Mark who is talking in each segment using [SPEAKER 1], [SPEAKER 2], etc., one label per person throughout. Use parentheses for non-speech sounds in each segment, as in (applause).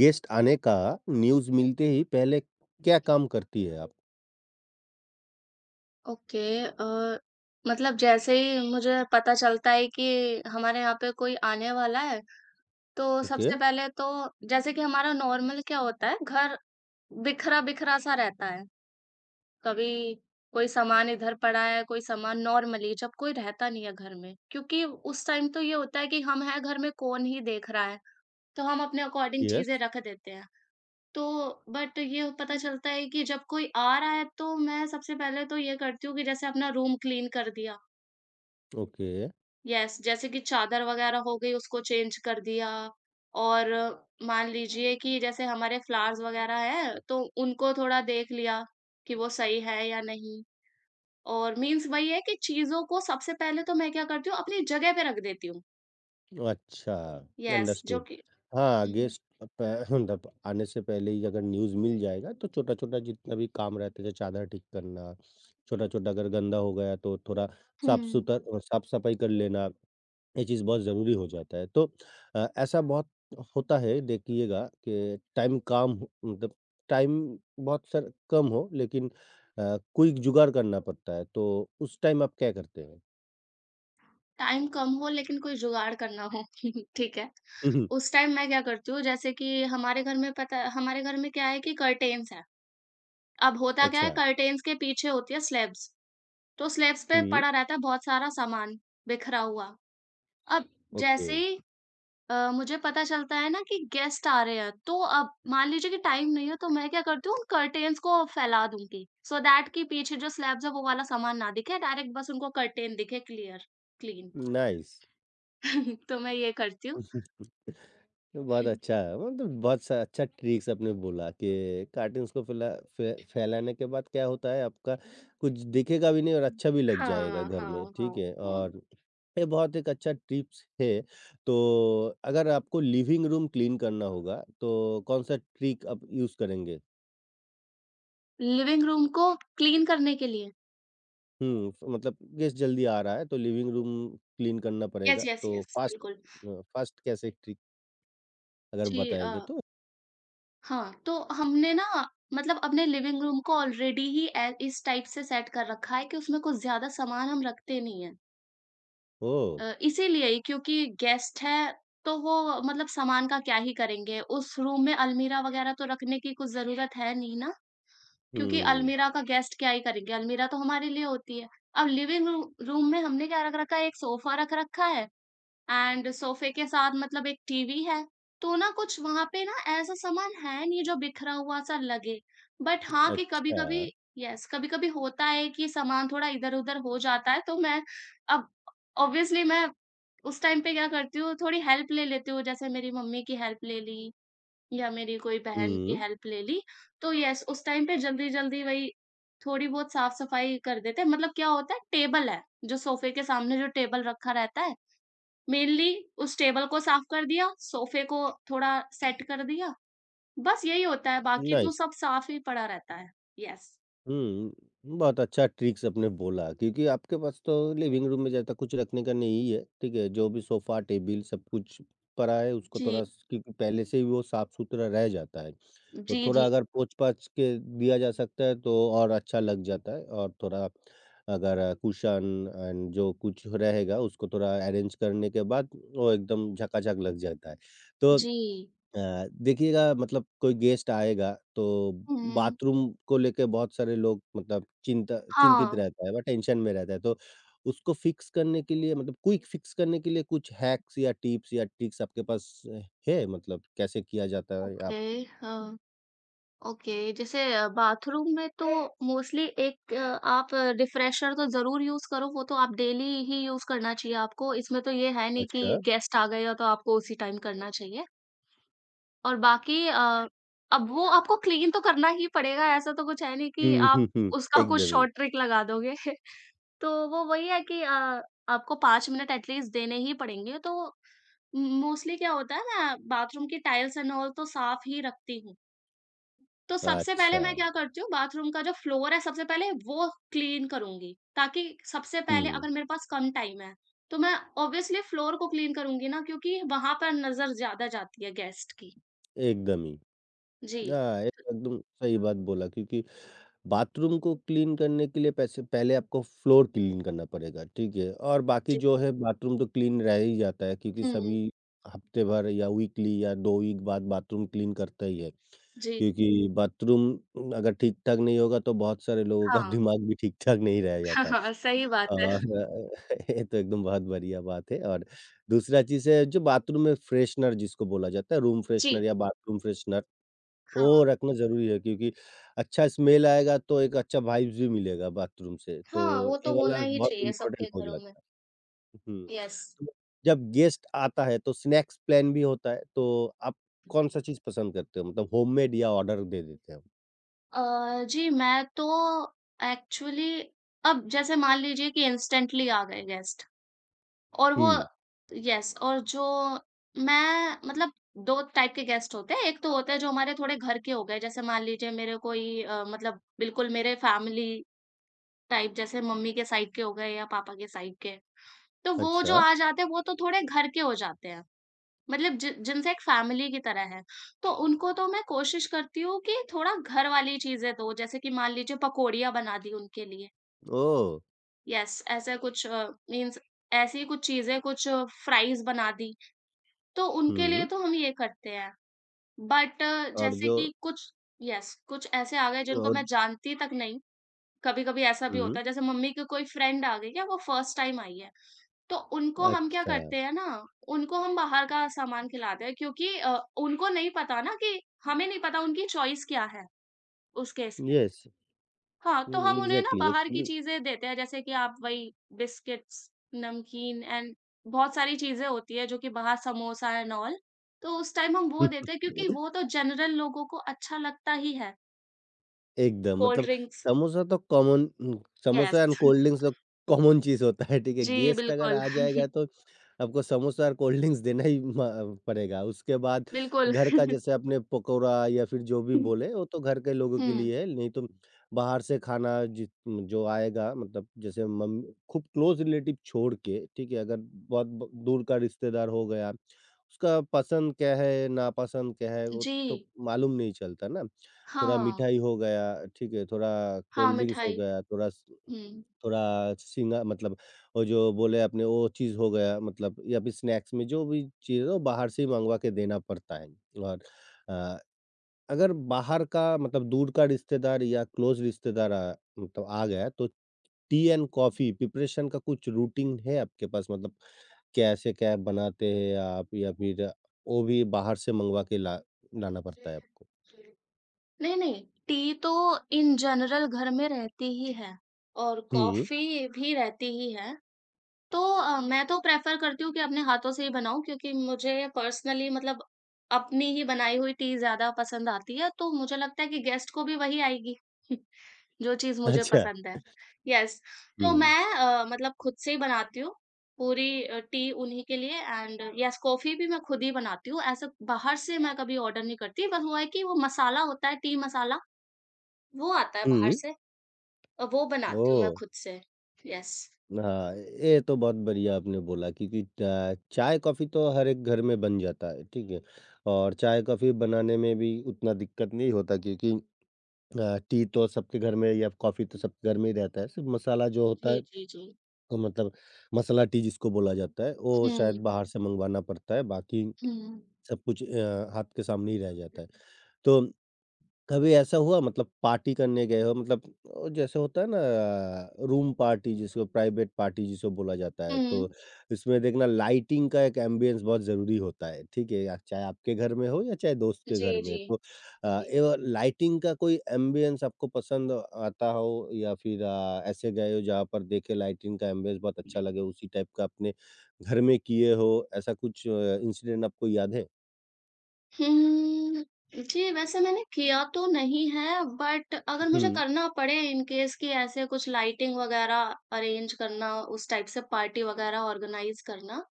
[SPEAKER 1] Guest आने का news मिलते ही पहले क्या काम करती है आप?
[SPEAKER 2] ओके। अ, मतलब जैसे ही मुझे पता चलता है कि हमारे यहाँ पे कोई आने वाला है, तो
[SPEAKER 1] ओके।
[SPEAKER 2] सबसे पहले तो जैसे कि हमारा नॉर्मल क्या होता है, घर बिखरा-बिखरा सा रहता है। कभी कोई सामान इधर पड़ा है, कोई सामान नॉर्मली जब कोई रहता नहीं है घर में, क्योंकि उस टाइम तो ये होता है कि हम हैं घर में, कौन ही देख रहा है, तो हम अपने अकॉर्डिंग चीज़ें
[SPEAKER 1] यस।
[SPEAKER 2] रख देते हैं। तो बट ये पता चलता है कि जब कोई आ रहा है तो मैं सबसे पहले तो ये करती हूँ कि जैसे अपना रूम क्लीन कर दिया।
[SPEAKER 1] ओके।
[SPEAKER 2] यस, जैसे कि चादर वगैरह हो गई उसको चेंज कर दिया और मान लीजिए कि जैसे हमारे फ्लावर्स वगैरह हैं तो उनको थोड़ा देख लिया कि वो सही है या नहीं। और मीन्स वही है कि चीज़ों को सबसे पहले तो मैं क्या करती हूँ अपनी जगह पे रख देती हूँ।
[SPEAKER 1] अच्छा।
[SPEAKER 2] यस, जो
[SPEAKER 1] अंडरस्टूड।
[SPEAKER 2] कि
[SPEAKER 1] हाँ,
[SPEAKER 2] हुँ,
[SPEAKER 1] गेस्ट प मतलब आने से पहले ही अगर न्यूज़ मिल जाएगा तो छोटा-छोटा जितना भी काम रहता है, जैसे चादर ठीक करना, छोटा-छोटा अगर गंदा हो गया तो थोड़ा साफ
[SPEAKER 2] हुँ,
[SPEAKER 1] सुथर साफ-सफाई कर लेना। ये चीज़ बहुत ज़रूरी हो जाता है। तो ऐसा बहुत होता है देखिएगा कि टाइम काम हो मतलब टाइम बहुत सर कम हो लेकिन कोई जुगाड़ करना पड़ता है, तो उस टाइम आप क्या करते हैं?
[SPEAKER 2] टाइम कम हो लेकिन कोई जुगाड़ करना हो। (laughs) ठीक है।
[SPEAKER 1] (laughs) हुँ, हुँ।
[SPEAKER 2] उस टाइम मैं क्या करती हूँ जैसे कि हमारे घर में पता हमारे घर में क्या है कि कर्टेन्स है। अब होता क्या है
[SPEAKER 1] अच्छा।
[SPEAKER 2] कर्टेन्स के पीछे होती है स्लैब्स, तो स्लैब्स पे
[SPEAKER 1] हुँ।
[SPEAKER 2] पड़ा रहता है बहुत सारा सामान बिखरा हुआ। अब
[SPEAKER 1] ओके।
[SPEAKER 2] जैसे ही मुझे पता चलता है ना कि गेस्ट आ रहे हैं तो अब मान लीजिए कि टाइम नहीं है तो मैं क्या करती हूँ उन कर्टेन्स को फैला दूँगी। सो दैट कि पीछे जो स्लैब्स है वो वाला सामान ना दिखे, डायरेक्ट बस उनको कर्टेन दिखे क्लियर, क्लीन।
[SPEAKER 1] नाइस।
[SPEAKER 2] (laughs) तो मैं ये करती हूँ।
[SPEAKER 1] बहुत अच्छा है, मतलब बहुत सा अच्छा ट्रिक्स आपने बोला कि कार्टन्स को फैलाने के बाद क्या होता है आपका कुछ दिखेगा भी नहीं और अच्छा भी लग जाएगा
[SPEAKER 2] हाँ,
[SPEAKER 1] घर में,
[SPEAKER 2] हाँ, हाँ,
[SPEAKER 1] ठीक है?
[SPEAKER 2] हाँ।
[SPEAKER 1] और ये बहुत एक अच्छा टिप्स है, तो अगर आपको लिविंग रूम क्लीन करना होगा, तो कौन-सा ट्रिक आप यूज़ करेंगे?
[SPEAKER 2] लिविंग रूम को क्लीन करने के लिए?
[SPEAKER 1] हुँ, मतलब गेस्ट जल्दी आ रहा है तो लिविंग रूम क्लीन करना
[SPEAKER 2] यस,
[SPEAKER 1] पड़ेगा,
[SPEAKER 2] यस,
[SPEAKER 1] तो
[SPEAKER 2] यस,
[SPEAKER 1] फ़ास्ट
[SPEAKER 2] बिल्कुल।
[SPEAKER 1] फ़ास्ट कैसे ट्रिक अगर
[SPEAKER 2] जी अ,
[SPEAKER 1] बताएँगे तो?
[SPEAKER 2] हाँ, तो हमने ना मतलब अपने लिविंग रूम को ऑलरेडी ही ए इस टाइप से सेट कर रखा है कि उसमें कुछ ज़्यादा सामान हम रखते नहीं हैं।
[SPEAKER 1] ओह!
[SPEAKER 2] इसीलिए ही क्योंकि गेस्ट हैं, तो वो मतलब सामान का क्या ही करेंगे? उस रूम में अलमीरा वगैरह तो रखने की कुछ ज़रूरत है नहीं ना, क्योंकि
[SPEAKER 1] हुँ।
[SPEAKER 2] अलमीरा का गेस्ट क्या ही करेंगे? अलमीरा तो हमारे लिए होती है। अब लिविंग रू रूम में हमने क्या रख रखा है, एक सोफ़ा रख रखा है एंड सोफे के साथ मतलब एक टीवी है, तो ना कुछ वहाँ पे ना ऐसा सामान है नहीं जो बिखरा हुआ-सा लगे। बट हाँ, कि
[SPEAKER 1] अच्छा।
[SPEAKER 2] कभी-कभी यस, कभी-कभी होता है कि सामान थोड़ा इधर-उधर हो जाता है, तो मैं अब ऑब्वियसली मैं उस टाइम पे क्या करती हूँ, थोड़ी हेल्प ले लेती हूँ, जैसे मेरी मम्मी की हेल्प ले ली या मेरी कोई बहन की
[SPEAKER 1] हुँ।
[SPEAKER 2] हेल्प ले ली। तो यस, उस टाइम पे जल्दी-जल्दी वही थोड़ी बहुत साफ-सफाई कर देते हैं। मतलब क्या होता है, टेबल है, जो सोफे के सामने जो टेबल रखा रहता है, मेनली उस टेबल को साफ कर दिया, सोफ़े को थोड़ा सेट कर दिया, बस यही होता है, बाकी तो
[SPEAKER 1] नाइस।
[SPEAKER 2] सब साफ ही पड़ा रहता है। यस।
[SPEAKER 1] हुँ, बहुत अच्छा ट्रिक्स आपने बोला क्योंकि आपके पास तो लिविंग रूम में ज़्यादा कुछ रखने का नहीं है, ठीक है? जो भी सोफ़ा, टेबल सब कुछ पड़ा है उसको
[SPEAKER 2] जी।
[SPEAKER 1] थोड़ा स क्योंकि पहले से ही वो साफ़-सुथरा रह जाता है। तो
[SPEAKER 2] जी, जी,
[SPEAKER 1] थोड़ा अगर पोंछ-पाछ के दिया जा सकता है तो और अच्छा लग जाता है और थोड़ा अगर कुशन एंड जो कुछ रहेगा उसको थोड़ा अरेंज करने के बाद वो एकदम झकाझक लग जाता है। तो
[SPEAKER 2] जी।
[SPEAKER 1] देखिएगा मतलब कोई गेस्ट आएगा तो
[SPEAKER 2] हुँ।
[SPEAKER 1] बाथरूम को लेके बहुत सारे लोग मतलब चिंता चिंतित
[SPEAKER 2] हाँ,
[SPEAKER 1] रहता है, वह टेंशन में रहता है। तो उसको फिक्स करने के लिए मतलब क्विक फिक्स करने के लिए कुछ हैक्स या टिप्स या ट्रिक्स आपके पास है मतलब कैसे किया जाता है
[SPEAKER 2] ओके,
[SPEAKER 1] आप?
[SPEAKER 2] हाँ, ओके। जैसे बाथरूम में तो मोस्टली एक आप रिफ़्रेशर तो ज़रूर यूज़ करो, वो तो आप डेली ही यूज़ करना चाहिए आपको। इसमें तो ये है नहीं
[SPEAKER 1] अच्छा।
[SPEAKER 2] कि गेस्ट आ गए हो तो आपको उसी टाइम करना चाहिए। और बाकी अब वो आपको क्लीन तो करना ही पड़ेगा, ऐसा तो कुछ है नहीं कि
[SPEAKER 1] हुँ,
[SPEAKER 2] आप
[SPEAKER 1] हुँ, हुँ।
[SPEAKER 2] उसका कुछ
[SPEAKER 1] एकदम ही।
[SPEAKER 2] शॉर्ट ट्रिक लगा दोगे। (laughs) तो वो वही है कि आपको 5 मिनट एट लीस्ट देने ही पड़ेंगे, तो मोस्टली क्या होता है मैं बाथरूम की टाइल्स एंड ऑल तो साफ ही रखती हूँ। तो सबसे पहले
[SPEAKER 1] अच्छा।
[SPEAKER 2] मैं क्या करती हूँ, बाथरूम का जो फ्लोर है सबसे पहले वो क्लीन करूँगी, ताकि सबसे पहले
[SPEAKER 1] हुँ,
[SPEAKER 2] अगर मेरे पास कम टाइम है, तो मैं ऑब्वियसली फ्लोर को क्लीन करूँगी ना क्योंकि वहाँ पर नज़र ज़्यादा जाती है गेस्ट की।
[SPEAKER 1] एकदम ही।
[SPEAKER 2] जी,
[SPEAKER 1] हाँ, एकदम सही बात बोला क्योंकि बाथरूम को क्लीन करने के लिए पैसे पहले आपको फ्लोर क्लीन करना पड़ेगा, ठीक है? और बाकी
[SPEAKER 2] जी।
[SPEAKER 1] जो है बाथरूम तो क्लीन रह ही जाता है क्योंकि
[SPEAKER 2] हुँ।
[SPEAKER 1] सभी हफ्ते भर या वीकली या 2 वीक बाद बाथरूम क्लीन करता ही है।
[SPEAKER 2] जी,
[SPEAKER 1] क्योंकि बाथरूम अगर ठीक-ठाक नहीं होगा तो बहुत सारे लोगों का (laughs)
[SPEAKER 2] हाँ।
[SPEAKER 1] दिमाग भी ठीक-ठाक नहीं रह
[SPEAKER 2] (laughs)
[SPEAKER 1] जाता।
[SPEAKER 2] हाँ सही बात है।
[SPEAKER 1] और (laughs) ये तो एकदम बहुत बढ़िया बात है और दूसरा चीज़ है जो बाथरूम में फ्रेशनर जिसको बोला जाता है, रूम
[SPEAKER 2] जी,
[SPEAKER 1] फ्रेशनर या बाथरूम फ्रेशनर ओह!
[SPEAKER 2] हाँ।
[SPEAKER 1] रखना ज़रूरी है क्योंकि अच्छा स्मेल आएगा तो एक अच्छा वाइब्स भी मिलेगा बाथरूम से,
[SPEAKER 2] हाँ,
[SPEAKER 1] तो
[SPEAKER 2] वो
[SPEAKER 1] ये
[SPEAKER 2] तो होना
[SPEAKER 1] वाला
[SPEAKER 2] ही
[SPEAKER 1] बहुत
[SPEAKER 2] चाहिए
[SPEAKER 1] इम्पोर्टेंट
[SPEAKER 2] सबके
[SPEAKER 1] हो
[SPEAKER 2] घरों में।
[SPEAKER 1] जाता है। हुँ,
[SPEAKER 2] यस।
[SPEAKER 1] तो जब गेस्ट आता है तो स्नैक्स प्लान भी होता है, तो आप कौन-सा चीज़ पसंद करते हो? मतलब होममेड या ऑर्डर दे देते हो?
[SPEAKER 2] जी, मैं तो एक्चुअली अब जैसे मान लीजिए कि इंस्टेंटली आ गए गेस्ट और वो
[SPEAKER 1] हुँ।
[SPEAKER 2] यस और जो मैं मतलब 2 टाइप के गेस्ट होते हैं। एक तो होते हैं जो हमारे थोड़े घर के हो गए, जैसे मान लीजिए मेरे कोई मतलब बिल्कुल मेरे फैमिली टाइप जैसे मम्मी के साइड के हो गए या पापा के साइड के। तो वो जो
[SPEAKER 1] अच्छा।
[SPEAKER 2] आ जाते हैं, वो तो थोड़े घर के हो जाते हैं। मतलब जि जिनसे एक फैमिली की तरह है, तो उनको तो मैं कोशिश करती हूँ कि थोड़ा घर वाली चीज़ें दूँ, जैसे कि मान लीजिए पकौड़ियाँ बना दी उनके लिए।
[SPEAKER 1] ओह!
[SPEAKER 2] यस, ऐसा कुछ मीन्स ऐसी कुछ चीज़ें, कुछ फ्राइज़ बना दी, तो उनके लिए
[SPEAKER 1] हुँ,
[SPEAKER 2] तो हम ये करते हैं। बट
[SPEAKER 1] और
[SPEAKER 2] जैसे
[SPEAKER 1] जो
[SPEAKER 2] कि कुछ यस, कुछ ऐसे आ गए जिनको
[SPEAKER 1] और
[SPEAKER 2] मैं जानती तक नहीं, कभी-कभी ऐसा भी
[SPEAKER 1] हुँ।
[SPEAKER 2] होता है, जैसे मम्मी की कोई फ्रेंड आ गई है, वो फर्स्ट टाइम आई है। तो उनको हम क्या
[SPEAKER 1] अच्छा।
[SPEAKER 2] करते हैं ना, उनको हम बाहर का सामान खिलाते हैं क्योंकि उनको नहीं पता ना कि हमें नहीं पता उनकी चॉइस क्या है, उस केस में।
[SPEAKER 1] येस।
[SPEAKER 2] हाँ, तो हम
[SPEAKER 1] हुँ,
[SPEAKER 2] उन्हें ना
[SPEAKER 1] एग्ज़ैक्टली
[SPEAKER 2] बाहर की
[SPEAKER 1] एक्चुअली
[SPEAKER 2] चीज़ें देते हैं जैसे कि आप वही बिस्किट्स, नमकीन एंड बहुत सारी चीज़ें होती हैं जो कि बाहर समोसा एंड ऑल, तो उस टाइम हम वो देते हैं क्योंकि
[SPEAKER 1] (laughs)
[SPEAKER 2] वो तो जनरल लोगों को अच्छा लगता ही है,
[SPEAKER 1] एकदम,
[SPEAKER 2] कोल्ड
[SPEAKER 1] मतलब
[SPEAKER 2] ड्रिंक्स
[SPEAKER 1] समोसा तो common
[SPEAKER 2] yes.
[SPEAKER 1] Samosa and
[SPEAKER 2] (laughs)
[SPEAKER 1] cold drinks तो कॉमन चीज़ होता है, ठीक है?
[SPEAKER 2] जी,
[SPEAKER 1] गेस्ट अगर
[SPEAKER 2] बिल्कुल।
[SPEAKER 1] आ
[SPEAKER 2] (laughs)
[SPEAKER 1] जाएगा तो आपको समोसा और कोल्ड ड्रिंक्स देना ही म पड़ेगा। उसके बाद
[SPEAKER 2] बिल्कुल।
[SPEAKER 1] घर का जैसे आपने पकौड़ा या फिर जो भी
[SPEAKER 2] (laughs)
[SPEAKER 1] बोले, वो तो घर के लोगों के
[SPEAKER 2] हुँ,
[SPEAKER 1] लिए है, नहीं तो बाहर से खाना जि जो आएगा मतलब जैसे मम खूब क्लोज़ रिलेटिव छोड़ के, ठीक है? अगर बहुत ब दूर का रिश्तेदार हो गया, उसका पसंद क्या है, नापसंद क्या है, वो
[SPEAKER 2] जी।
[SPEAKER 1] तो मालूम नहीं चलता ना। थोड़ा
[SPEAKER 2] हाँ,
[SPEAKER 1] मिठाई हो गया, ठीक है, थोड़ा
[SPEAKER 2] हाँ,
[SPEAKER 1] कोल्ड ड्रिंक्स हो
[SPEAKER 2] मिठाई।
[SPEAKER 1] गया,
[SPEAKER 2] हुँ।
[SPEAKER 1] थोड़ा सिंगा मतलब वो जो बोले आपने वो चीज़ हो गया मतलब या फिर स्नैक्स में जो भी चीज़ है वो बाहर से ही मँगवा के देना पड़ता है। और अ, अगर बाहर का मतलब दूर का रिश्तेदार या क्लोज़ रिश्तेदार मतलब आ गया तो टी एंड कॉफ़ी प्रिपरेशन का कुछ रूटीन है आपके पास? मतलब कैसे क्या बनाते हैं आप या फिर वो भी बाहर से मँगवा के ला लाना पड़ता है आपको?
[SPEAKER 2] नहीं, नहीं, टी तो इन जनरल घर में रहती ही है और
[SPEAKER 1] हुँ।
[SPEAKER 2] कॉफ़ी भी रहती ही है। तो मैं तो प्रेफ़र करती हूँ कि अपने हाथों से ही बनाऊँ क्योंकि मुझे पर्सनली मतलब अपनी ही बनाई हुई टी ज़्यादा पसंद आती है, तो मुझे लगता है कि गेस्ट को भी वही आएगी। जो चीज़
[SPEAKER 1] (laughs)
[SPEAKER 2] मुझे
[SPEAKER 1] अच्छा।
[SPEAKER 2] पसंद है। यस, तो
[SPEAKER 1] हुँ।
[SPEAKER 2] मैं मतलब खुद से ही बनाती हूँ, पूरी टी उन्हीं के लिए एंड यस कॉफ़ी भी मैं खुद ही बनाती हूँ, ऐसा बाहर से मैं कभी ऑर्डर नहीं करती, बस वो है कि वो मसाला होता है टी मसाला, वो आता है बाहर
[SPEAKER 1] हुँ।
[SPEAKER 2] से वो बनाती हूँ
[SPEAKER 1] ओह!
[SPEAKER 2] मैं खुद से। यस।
[SPEAKER 1] हाँ, ये तो बहुत बढ़िया आपने बोला क्योंकि चा चाय-कॉफ़ी तो हर एक घर में बन जाता है, ठीक है? और चाय-कॉफ़ी बनाने में भी उतना दिक्कत नहीं होता क्योंकि टी तो सबके घर में या कॉफ़ी तो सबके घर में ही रहता है, सिर्फ़ मसाला जो होता
[SPEAKER 2] जी,
[SPEAKER 1] है
[SPEAKER 2] जी, जी।
[SPEAKER 1] तो मतलब मसाला टी जिसको बोला जाता है, वो शायद
[SPEAKER 2] हुँ,
[SPEAKER 1] बाहर से मँगवाना पड़ता है, बाकी
[SPEAKER 2] हुँ,
[SPEAKER 1] सब कुछ हाथ के सामने ही रह जाता है। तो कभी ऐसा हुआ मतलब पार्टी करने गए हो मतलब जैसे होता है ना रूम पार्टी जिसको प्राइवेट पार्टी जिसको बोला जाता है
[SPEAKER 2] हुँ।
[SPEAKER 1] तो इसमें देखना लाइटिंग का एक एम्बियंस बहुत ज़रूरी होता है ठीक है या चाहे आपके घर में हो या चाहे दोस्त के घर
[SPEAKER 2] जी, जी,
[SPEAKER 1] में तो अ,
[SPEAKER 2] जी।
[SPEAKER 1] ये लाइटिंग का कोई एम्बियंस आपको पसंद आता हो या फिर ऐसे गए हो जहाँ पर देखे लाइटिंग का एम्बियंस बहुत अच्छा लगे उसी टाइप का अपने घर में किए हो ऐसा कुछ इंसिडेंट आपको याद है?
[SPEAKER 2] हुँ, जी, वैसे मैंने किया तो नहीं है बट अगर मुझे
[SPEAKER 1] हुँ।
[SPEAKER 2] करना पड़े इन केस कि ऐसे कुछ लाइटिंग वगैरह अरेंज करना, उस टाइप से पार्टी वगैरह ऑर्गनाइज़ करना,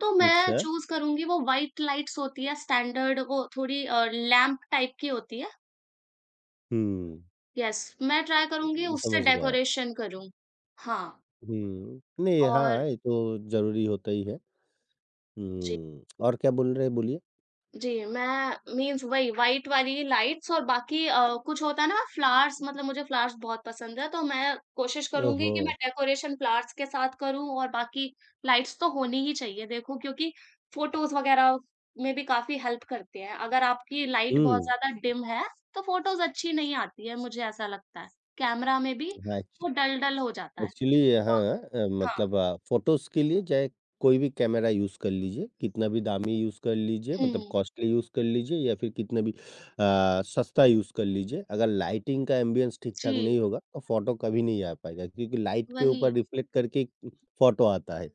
[SPEAKER 2] तो मैं
[SPEAKER 1] अच्छा।
[SPEAKER 2] चूज़ करूँगी वो व्हाइट लाइट्स होती है स्टैंडर्ड वो थोड़ी लैंप टाइप की होती है।
[SPEAKER 1] हुँ,
[SPEAKER 2] यस, मैं ट्राई करूँगी उससे
[SPEAKER 1] समझ गया।
[SPEAKER 2] डेकोरेशन करूँ। हाँ,
[SPEAKER 1] हुँ। नहीं,
[SPEAKER 2] और
[SPEAKER 1] हाँ, ये तो ज़रूरी होता ही है।
[SPEAKER 2] जी।
[SPEAKER 1] हुँ, और क्या बोल रहे हैं बोलिए?
[SPEAKER 2] जी, मैं मीन्स वही व्हाइट वाली लाइट्स और बाकी कुछ होता है ना फ्लावर्स मतलब मुझे फ्लावर्स बहुत पसंद है, तो मैं कोशिश करूँगी
[SPEAKER 1] ओहो!
[SPEAKER 2] कि मैं डेकोरेशन फ्लावर्स के साथ करूँ और बाकी लाइट्स तो होनी ही चाहिए देखो क्योंकि फोटोज़ वगैरह में भी काफ़ी हेल्प करते हैं। अगर आपकी लाइट बहुत
[SPEAKER 1] हुँ।
[SPEAKER 2] ज़्यादा डिम है, तो फोटोज़ अच्छी नहीं आती है, मुझे ऐसा लगता है। कैमरा में भी
[SPEAKER 1] हाँ,
[SPEAKER 2] वो डल-डल हो जाता है।
[SPEAKER 1] एक्चुअली
[SPEAKER 2] तो
[SPEAKER 1] हाँ
[SPEAKER 2] हाँ,
[SPEAKER 1] मतलब फ़ोटोज़ के लिए चाहे कोई भी कैमरा यूज़ कर लीजिए, कितना भी दामी यूज़ कर लीजिए मतलब
[SPEAKER 2] हुँ,
[SPEAKER 1] कॉस्टली यूज़ कर लीजिए या फिर कितना भी सस्ता यूज़ कर लीजिए, अगर लाइटिंग का एम्बियंस ठीक-ठाक नहीं
[SPEAKER 2] जी,
[SPEAKER 1] होगा, तो फ़ोटो कभी नहीं आ पाएगा क्योंकि लाइट के
[SPEAKER 2] वही।
[SPEAKER 1] ऊपर रिफ्लेक्ट करके फ़ोटो आता है।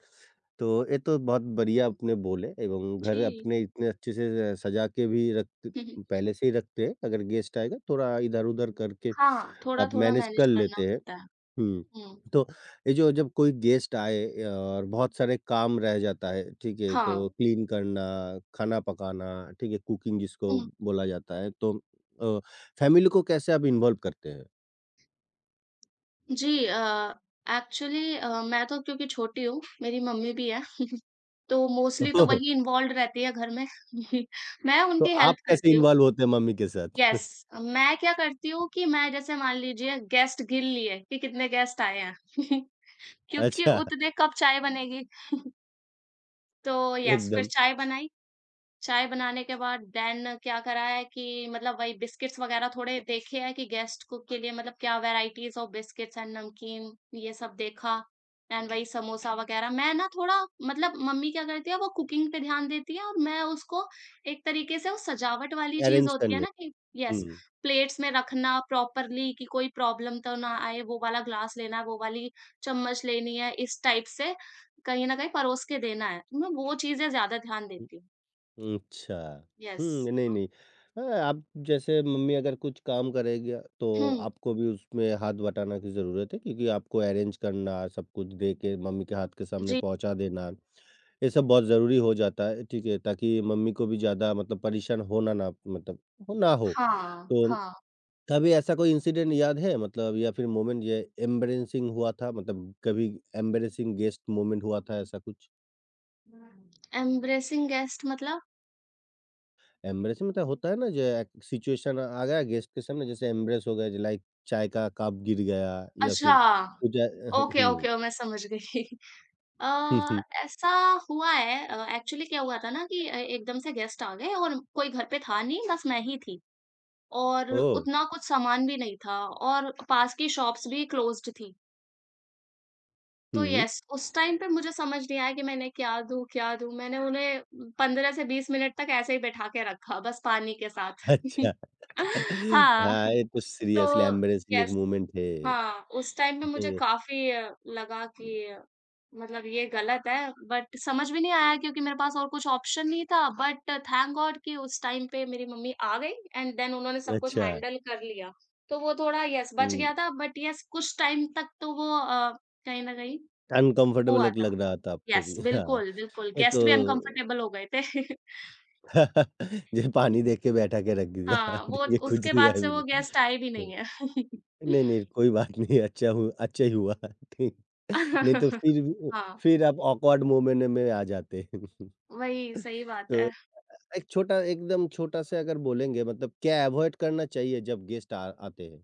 [SPEAKER 1] तो ये तो बहुत बढ़िया आपने बोले एवं घर
[SPEAKER 2] जी।
[SPEAKER 1] अपने इतने अच्छे से सजा के भी रखते
[SPEAKER 2] (laughs) हुँ, हुँ।
[SPEAKER 1] पहले से ही रखते हैं, अगर गेस्ट आएगा थोड़ा इधर-उधर करके
[SPEAKER 2] हाँ,
[SPEAKER 1] आप
[SPEAKER 2] थोड़ा-थोड़ा
[SPEAKER 1] मैनेज
[SPEAKER 2] मैनेज
[SPEAKER 1] कर
[SPEAKER 2] करना
[SPEAKER 1] लेते हैं।
[SPEAKER 2] पड़ता है।
[SPEAKER 1] हुँ,
[SPEAKER 2] हुँ।
[SPEAKER 1] तो ये जो जब कोई गेस्ट आए और बहुत सारे काम रह जाता है, ठीक है?
[SPEAKER 2] हाँ।
[SPEAKER 1] तो क्लीन करना, खाना पकाना, ठीक है? कुकिंग जिसको
[SPEAKER 2] हुँ।
[SPEAKER 1] बोला जाता है, तो अ, फैमिली को कैसे आप इन्वॉल्व करते हैं?
[SPEAKER 2] जी अ, एक्चुअली मैं तो क्योंकि छोटी हूँ, मेरी मम्मी भी हैं, तो
[SPEAKER 1] (laughs)
[SPEAKER 2] मोस्टली तो
[SPEAKER 1] ओह!
[SPEAKER 2] वही इन्वॉल्वड रहती है घर में। (laughs) मैं
[SPEAKER 1] तो
[SPEAKER 2] उनकी
[SPEAKER 1] आप
[SPEAKER 2] हेल्प
[SPEAKER 1] कैसे
[SPEAKER 2] करती हूँ।
[SPEAKER 1] इन्वॉल्व होते हैं मम्मी के साथ?
[SPEAKER 2] येस,
[SPEAKER 1] (laughs)
[SPEAKER 2] मैं क्या करती हूँ कि मैं जैसे मान लीजिए गेस्ट गिन लिए कि कितने गेस्ट आए हैं, (laughs) क्योंकि
[SPEAKER 1] अच्छा,
[SPEAKER 2] उतने कप चाय बनेगी। तो येस, फिर
[SPEAKER 1] एकदम
[SPEAKER 2] चाय बनाई चाय बनाने के बाद देन क्या करा है कि मतलब वही बिस्किट्स वगैरह थोड़े देखे हैं कि गेस्ट को के लिए मतलब क्या वैराइटीज ऑफ बिस्किट्स एंड नमकीन ये सब देखा एंड वही समोसा वगैरह मैं ना थोड़ा मतलब मम्मी क्या करती है वो कुकिंग पे ध्यान देती है और मैं उसको एक तरीके से वो सजावट वाली चीज
[SPEAKER 1] अरेंज
[SPEAKER 2] होती है
[SPEAKER 1] करने।
[SPEAKER 2] ना कि
[SPEAKER 1] हुँ।
[SPEAKER 2] यस प्लेट्स में रखना प्रॉपरली कि कोई प्रॉब्लम तो ना आए वो वाला ग्लास लेना है वो वाली चम्मच लेनी है इस टाइप से कहीं ना कहीं परोस के देना है तो मैं वो चीजें ज्यादा ध्यान देती हूँ
[SPEAKER 1] अच्छा।
[SPEAKER 2] यस।
[SPEAKER 1] हुँ, नहीं, नहीं। हाँ, आप जैसे मम्मी अगर कुछ काम करेगी तो
[SPEAKER 2] हुँ,
[SPEAKER 1] आपको भी उसमें हाथ बटाना की ज़रूरत है क्योंकि आपको अरेंज करना, सब कुछ दे के मम्मी के हाथ के सामने
[SPEAKER 2] जी,
[SPEAKER 1] पहुँचा देना, ये सब बहुत ज़रूरी हो जाता है, ठीक है? ताकि मम्मी को भी ज़्यादा मतलब परेशान होना ना मतलब हो ना हो।
[SPEAKER 2] हाँ,
[SPEAKER 1] तो
[SPEAKER 2] हाँ।
[SPEAKER 1] कभी ऐसा कोई इंसिडेंट याद है मतलब या फिर मोमेंट ये एम्बैरेसिंग हुआ था मतलब कभी एम्बैरेसिंग गेस्ट मोमेंट हुआ था ऐसा कुछ?
[SPEAKER 2] एम्ब्रेसिंग गेस्ट मतलब?
[SPEAKER 1] एम्ब्रेसिंग मतलब होता है ना जो एक सिचुएशन आ गया गेस्ट के सामने जैसे एम्ब्रेस हो गया जो लाइक चाय का कप गिर गया या
[SPEAKER 2] अच्छा,
[SPEAKER 1] फिर कुछ
[SPEAKER 2] ओके,
[SPEAKER 1] हुँ,
[SPEAKER 2] ओके, मैं समझ गई। (laughs) अ,
[SPEAKER 1] हुँ, हुँ।
[SPEAKER 2] ऐसा हुआ है एक्चुअली क्या हुआ था ना कि एकदम से गेस्ट आ गए और कोई घर पे था नहीं, बस मैं ही थी और
[SPEAKER 1] ओह!
[SPEAKER 2] उतना कुछ सामान भी नहीं था और पास की शॉप्स भी क्लोज़्ड थी। तो
[SPEAKER 1] हुँ।
[SPEAKER 2] यस, उस टाइम पे मुझे समझ नहीं आया कि मैंने क्या दूँ, क्या दूँ? मैंने उन्हें 15 से 20 मिनट तक ऐसे ही बैठा के रखा, बस पानी के साथ।
[SPEAKER 1] अच्छा।
[SPEAKER 2] (laughs)
[SPEAKER 1] (laughs)
[SPEAKER 2] हाँ।
[SPEAKER 1] हाँ, ये तो सीरियसली
[SPEAKER 2] तो
[SPEAKER 1] एम्ब्रेसिंग एक
[SPEAKER 2] यस,
[SPEAKER 1] मोमेंट है।
[SPEAKER 2] हाँ, उस टाइम पे मुझे
[SPEAKER 1] हुँ।
[SPEAKER 2] काफ़ी लगा कि मतलब ये गलत है, बट समझ भी नहीं आया क्योंकि मेरे पास और कुछ ऑप्शन नहीं था, बट थैंक गॉड कि उस टाइम पे मेरी मम्मी आ गई एंड देन उन्होंने सब कुछ
[SPEAKER 1] अच्छा।
[SPEAKER 2] हैंडल कर लिया। तो वो थोड़ा यस बच
[SPEAKER 1] हुँ,
[SPEAKER 2] गया था, बट यस कुछ टाइम तक तो वो कहीं न कहीं
[SPEAKER 1] अनकम्फर्टेबल
[SPEAKER 2] हुआ
[SPEAKER 1] एक
[SPEAKER 2] था।
[SPEAKER 1] लग रहा था आपको
[SPEAKER 2] यस,
[SPEAKER 1] भी (laughs) हाँ,
[SPEAKER 2] बिल्कुल, बिल्कुल,
[SPEAKER 1] ये तो
[SPEAKER 2] गेस्ट भी अनकम्फर्टेबल हो गए थे।
[SPEAKER 1] (laughs) जो पानी
[SPEAKER 2] (laughs)
[SPEAKER 1] देख के बैठा के रख दिया
[SPEAKER 2] हाँ,
[SPEAKER 1] (laughs) ठीक
[SPEAKER 2] वो
[SPEAKER 1] है, कुछ
[SPEAKER 2] उसके
[SPEAKER 1] दिया
[SPEAKER 2] बाद से
[SPEAKER 1] भी
[SPEAKER 2] वो
[SPEAKER 1] नहीं।
[SPEAKER 2] गेस्ट आए भी
[SPEAKER 1] हाँ,
[SPEAKER 2] नहीं है।
[SPEAKER 1] नहीं, नहीं कोई बात नहीं अच्छा हु अच्छा ही हुआ। ठीक नहीं तो
[SPEAKER 2] (laughs)
[SPEAKER 1] फिर भी
[SPEAKER 2] हाँ,
[SPEAKER 1] फिर आप ऑकवर्ड मोमेंट में आ जाते हैं। (laughs)
[SPEAKER 2] वही सही बात
[SPEAKER 1] तो
[SPEAKER 2] है।
[SPEAKER 1] एक छोटा एकदम छोटा-सा अगर बोलेंगे मतलब क्या अवॉइड करना चाहिए जब गेस्ट आ आते हैं?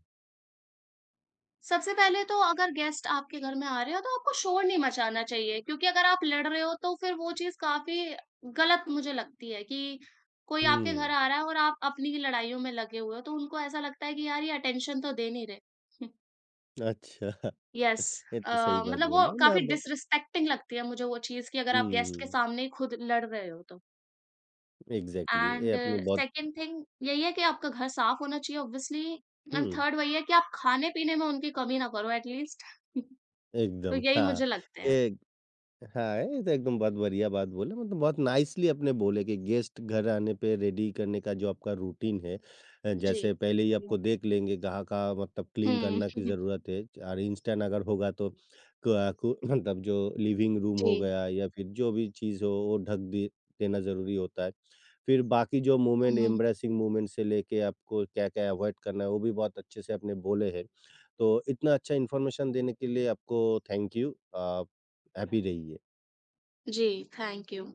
[SPEAKER 2] सबसे पहले तो अगर गेस्ट आपके घर में आ रहे हो तो आपको शोर नहीं मचाना चाहिए क्योंकि अगर आप लड़ रहे हो तो फिर वो चीज़ काफ़ी गलत मुझे लगती है कि कोई आपके घर
[SPEAKER 1] हुँ।
[SPEAKER 2] आ रहा है और आप अपनी ही लड़ाइयों में लगे हुए हो, तो उनको ऐसा लगता है कि यार ये अटेंशन तो दे नहीं रहे।
[SPEAKER 1] अच्छा। (laughs)
[SPEAKER 2] यस
[SPEAKER 1] ये
[SPEAKER 2] अ,
[SPEAKER 1] तो सही बात
[SPEAKER 2] मतलब वो
[SPEAKER 1] बोले ना
[SPEAKER 2] काफ़ी
[SPEAKER 1] ब
[SPEAKER 2] डिसरिस्पेक्टिंग लगती है मुझे वो चीज़ कि अगर आप गेस्ट के
[SPEAKER 1] हुँ,
[SPEAKER 2] सामने ही खुद लड़ रहे हो तो।
[SPEAKER 1] एग्ज़ैक्टली ये
[SPEAKER 2] एंड
[SPEAKER 1] आपने बहुत
[SPEAKER 2] सेकंड थिंग यही है कि आपका घर साफ होना चाहिए ऑब्वियसली एंड
[SPEAKER 1] हुँ,
[SPEAKER 2] थर्ड वही है कि आप खाने-पीने में उनकी कमी ना करो एटलीस्ट। (laughs) तो
[SPEAKER 1] एकदम
[SPEAKER 2] यही मुझे लगते हैं।
[SPEAKER 1] ये हाँ, ये तो एकदम बहुत बढ़िया बात बोले मतलब बहुत नाइसली आपने बोले कि गेस्ट घर आने पे रेडी करने का जो आपका रूटीन है
[SPEAKER 2] जी।
[SPEAKER 1] जैसे पहले ही
[SPEAKER 2] हुँ।
[SPEAKER 1] आपको देख लेंगे कहाँ का मतलब क्लीन करना की
[SPEAKER 2] (laughs)
[SPEAKER 1] ज़रूरत है और इंस्टेंट अगर होगा तो (laughs) मतलब जो लिविंग रूम
[SPEAKER 2] जी।
[SPEAKER 1] हो गया या फिर जो भी चीज़ हो वो ढक दे देना ज़रूरी होता है फिर बाकी जो
[SPEAKER 2] हुँ,
[SPEAKER 1] मोमेंट
[SPEAKER 2] हुँ।
[SPEAKER 1] एम्ब्रेसिंग मोमेंट से लेके आपको क्या क्या अवॉइड करना है वो भी बहुत अच्छे से आपने बोले हैं तो इतना अच्छा इन्फॉर्मेशन देने के लिए आपको थैंक यू आप हैप्पी रहिए
[SPEAKER 2] जी, थैंक यू।